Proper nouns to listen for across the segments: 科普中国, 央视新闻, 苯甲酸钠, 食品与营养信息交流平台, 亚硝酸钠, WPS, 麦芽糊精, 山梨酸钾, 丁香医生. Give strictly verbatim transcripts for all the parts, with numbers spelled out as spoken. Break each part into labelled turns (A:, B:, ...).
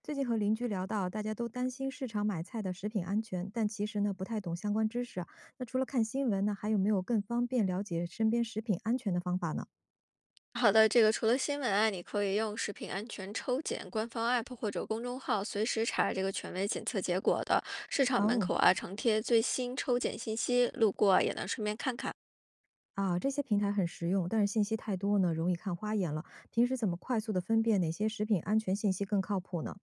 A: 最近和邻居聊到，大家都担心市场买菜的食品安全，但其实呢不太懂相关知识啊。那除了看新闻呢，还有没有更方便了解身边食品安全的方法呢？
B: 好的，这个除了新闻啊，你可以用食品安全抽检官方 app 或者公众号随时查这个权威检测结果的。市场门
A: 哦。
B: 口啊常贴最新抽检信息，路过啊也能顺便看看。
A: 啊，这些平台很实用，但是信息太多呢，容易看花眼了。平时怎么快速的分辨哪些食品安全信息更靠谱呢？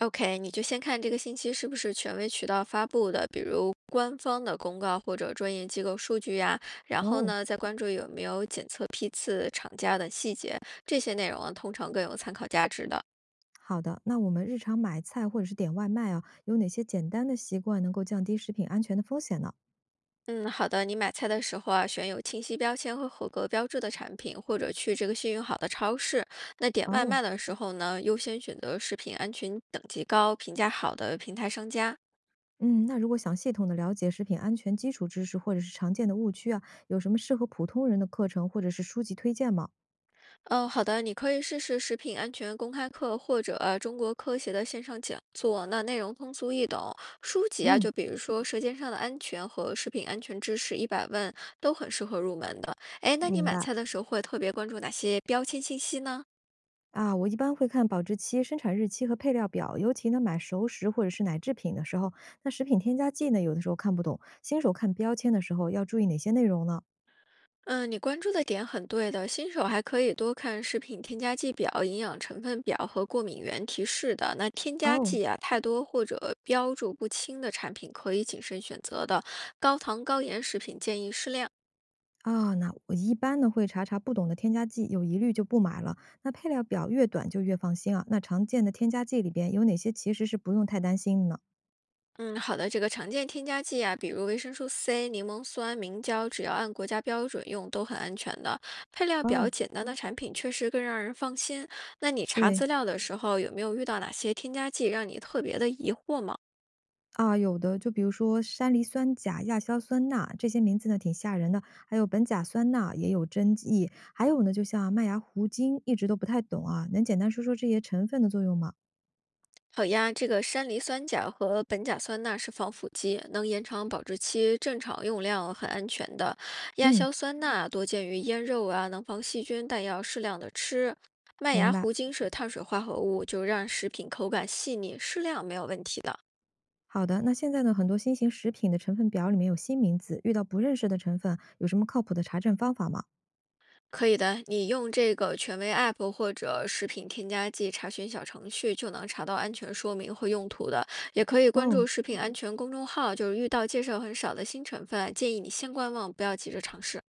B: O K，你就先看这个信息是不是权威渠道发布的，比如官方的公告或者专业机构数据呀、然后
A: 哦，
B: 呢，再关注有没有检测批次、厂家等细节，这些内容啊通常更有参考价值的。
A: 好的，那我们日常买菜或者是点外卖啊，有哪些简单的习惯能够降低食品安全的风险呢？
B: 嗯，好的。你买菜的时候啊，选有清晰标签和合格标志的产品，或者去这个信誉好的超市。那点外
A: 哦。
B: 卖的时候呢，优先选择食品安全等级高、评价好的平台商家。
A: 嗯，那如果想系统的了解食品安全基础知识或者是常见的误区啊，有什么适合普通人的课程或者是书籍推荐吗？
B: 哦，好的，你可以试试食品安全公开课或者呃中国科协的线上讲座，那内容通俗易懂。书籍啊，
A: 嗯。
B: 就比如说《舌尖上的安全》和《食品安全知识一百问》，都很适合入门的。哎，那你
A: 明
B: 买
A: 白。
B: 菜的时候会特别关注哪些标签信息呢？
A: 啊，我一般会看保质期、生产日期和配料表，尤其呢买熟食或者是奶制品的时候。那食品添加剂呢有的时候看不懂，新手看标签的时候要注意哪些内容呢？
B: 嗯，你关注的点很对的。新手还可以多看食品添加剂表、营养成分表和过敏原提示的。那添加
A: 哦。
B: 剂啊太多或者标注不清的产品，可以谨慎选择的。高糖高盐食品建议适量。
A: 啊，那我一般呢会查查不懂的添加剂，有疑虑就不买了。那配料表越短就越放心啊。那常见的添加剂里边有哪些其实是不用太担心的呢？
B: 嗯，好的，这个常见添加剂啊，比如维生素 C、柠檬酸、明胶，只要按国家标准用，都很安全的。配料表
A: 哦。
B: 简单的产品确实更让人放心。那你查
A: 对。
B: 资料的时候，有没有遇到哪些添加剂让你特别的疑惑吗？
A: 啊，有的，就比如说山梨酸钾、亚硝酸钠这些名字呢，挺吓人的。还有苯甲酸钠也有争议，还有呢，就像麦芽糊精，一直都不太懂啊。能简单说说这些成分的作用吗？
B: 好呀，这个山梨酸钾和苯甲酸钠是防腐剂，能延长保质期，正常用量很安全的。亚
A: 嗯。
B: 硝酸钠多见于腌肉啊，能防细菌，但要适量的吃。麦
A: 明
B: 芽
A: 白。
B: 糊精是碳水化合物，就让食品口感细腻，适量没有问题的。
A: 好的，那现在呢，很多新型食品的成分表里面有新名字，遇到不认识的成分，有什么靠谱的查证方法吗？
B: 可以的，你用这个权威 App 或者食品添加剂查询小程序就能查到安全说明和用途的，也可以关
A: 哦。
B: 注食品安全公众号，就是遇到介绍很少的新成分，建议你先观望，不要急着尝试。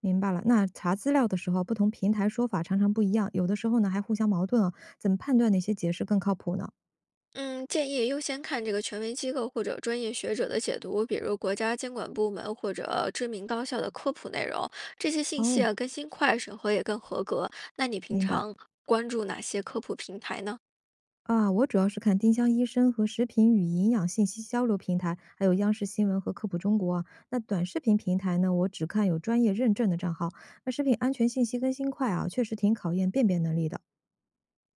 A: 明白了，那查资料的时候，不同平台说法常常不一样，有的时候呢还互相矛盾啊，怎么判断哪些解释更靠谱呢？
B: 嗯，建议优先看这个权威机构或者专业学者的解读，比如国家监管部门或者知名高校的科普内容，这些信息
A: 哦。
B: 啊更新快，审核也更合格。那你平
A: 明白。
B: 常关注哪些科普平台呢？
A: 啊，我主要是看丁香医生和食品与营养信息交流平台，还有央视新闻和科普中国啊。那短视频平台呢，我只看有专业认证的账号。那食品安全信息更新快啊，确实挺考验辨别能力的。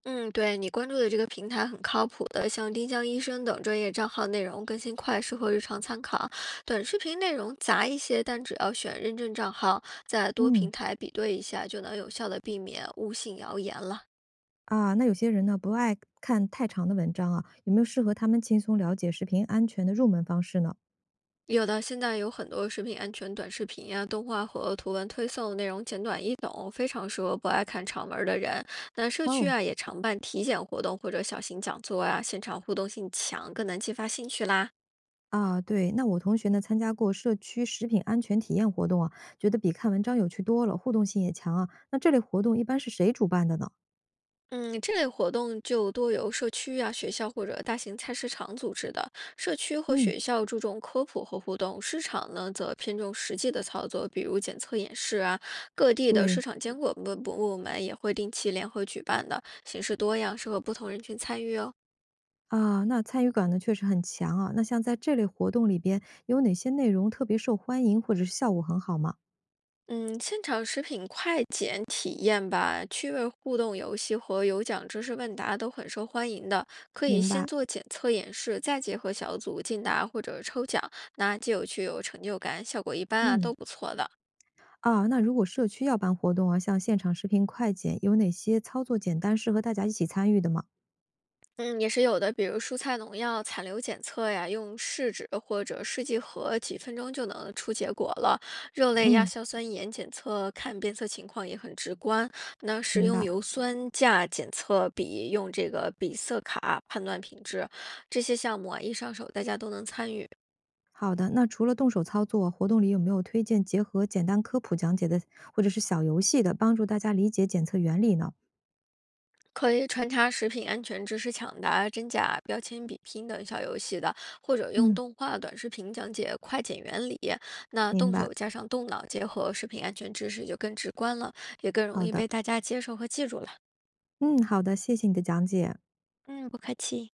B: 嗯，对你关注的这个平台很靠谱的，像丁香医生等专业账号内容更新快，适合日常参考。短视频内容杂一些，但只要选认证账号，在多
A: 嗯。
B: 平台比对一下，就能有效的避免误信谣言了。
A: 啊，那有些人呢不爱看太长的文章啊，有没有适合他们轻松了解食品安全的入门方式呢？
B: 有的现在有很多食品安全短视频呀、动画和图文推送，内容简短易懂，非常适合不爱看长文儿的人。那社区
A: 哦。
B: 啊也常办体检活动或者小型讲座啊，现场互动性强，更能激发兴趣啦。
A: 啊，对，那我同学呢参加过社区食品安全体验活动啊，觉得比看文章有趣多了，互动性也强啊。那这类活动一般是谁主办的呢？
B: 嗯，这类活动就多由社区啊、学校或者大型菜市场组织的。社区和
A: 嗯。
B: 学校注重科普和互动，市场呢则偏重实际的操作，比如检测演示啊。各地的市
A: 对。
B: 场监管部部门也会定期联合举办的，形式多样，适合不同人群参与哦。
A: 啊，那参与感呢确实很强啊。那像在这类活动里边，有哪些内容特别受欢迎，或者是效果很好吗？
B: 嗯，现场食品快检体验吧，趣味互动游戏和有奖知识问答都很受欢迎的。可以
A: 明
B: 先
A: 白。
B: 做检测演示，再结合小组竞答或者抽奖，那既有趣又有成就感，效果一般啊，
A: 嗯。
B: 都不错的。
A: 啊，那如果社区要办活动啊，像现场视频快剪，有哪些操作简单适合大家一起参与的吗？
B: 嗯，也是有的，比如蔬菜农药残留检测呀，用试纸或者试剂盒，几分钟就能出结果了。肉类亚
A: 嗯。
B: 硝酸盐检测看变色情况也很直观。那食
A: 明白。
B: 用油酸价检测比用这个比色卡判断品质，这些项目啊，一上手大家都能参与。
A: 好的，那除了动手操作，活动里有没有推荐结合简单科普讲解的，或者是小游戏的，帮助大家理解检测原理呢？
B: 可以穿插食品安全知识抢答、真假标签比拼等小游戏的，或者用
A: 嗯。
B: 动画短视频讲解快检原理。那
A: 明
B: 动
A: 白，
B: 手加上动脑，结合食品安全知识就更直观了，也更容
A: 好
B: 易
A: 的，
B: 被大家接受和记住了。
A: 嗯，好的，谢谢你的讲解。
B: 嗯，不客气。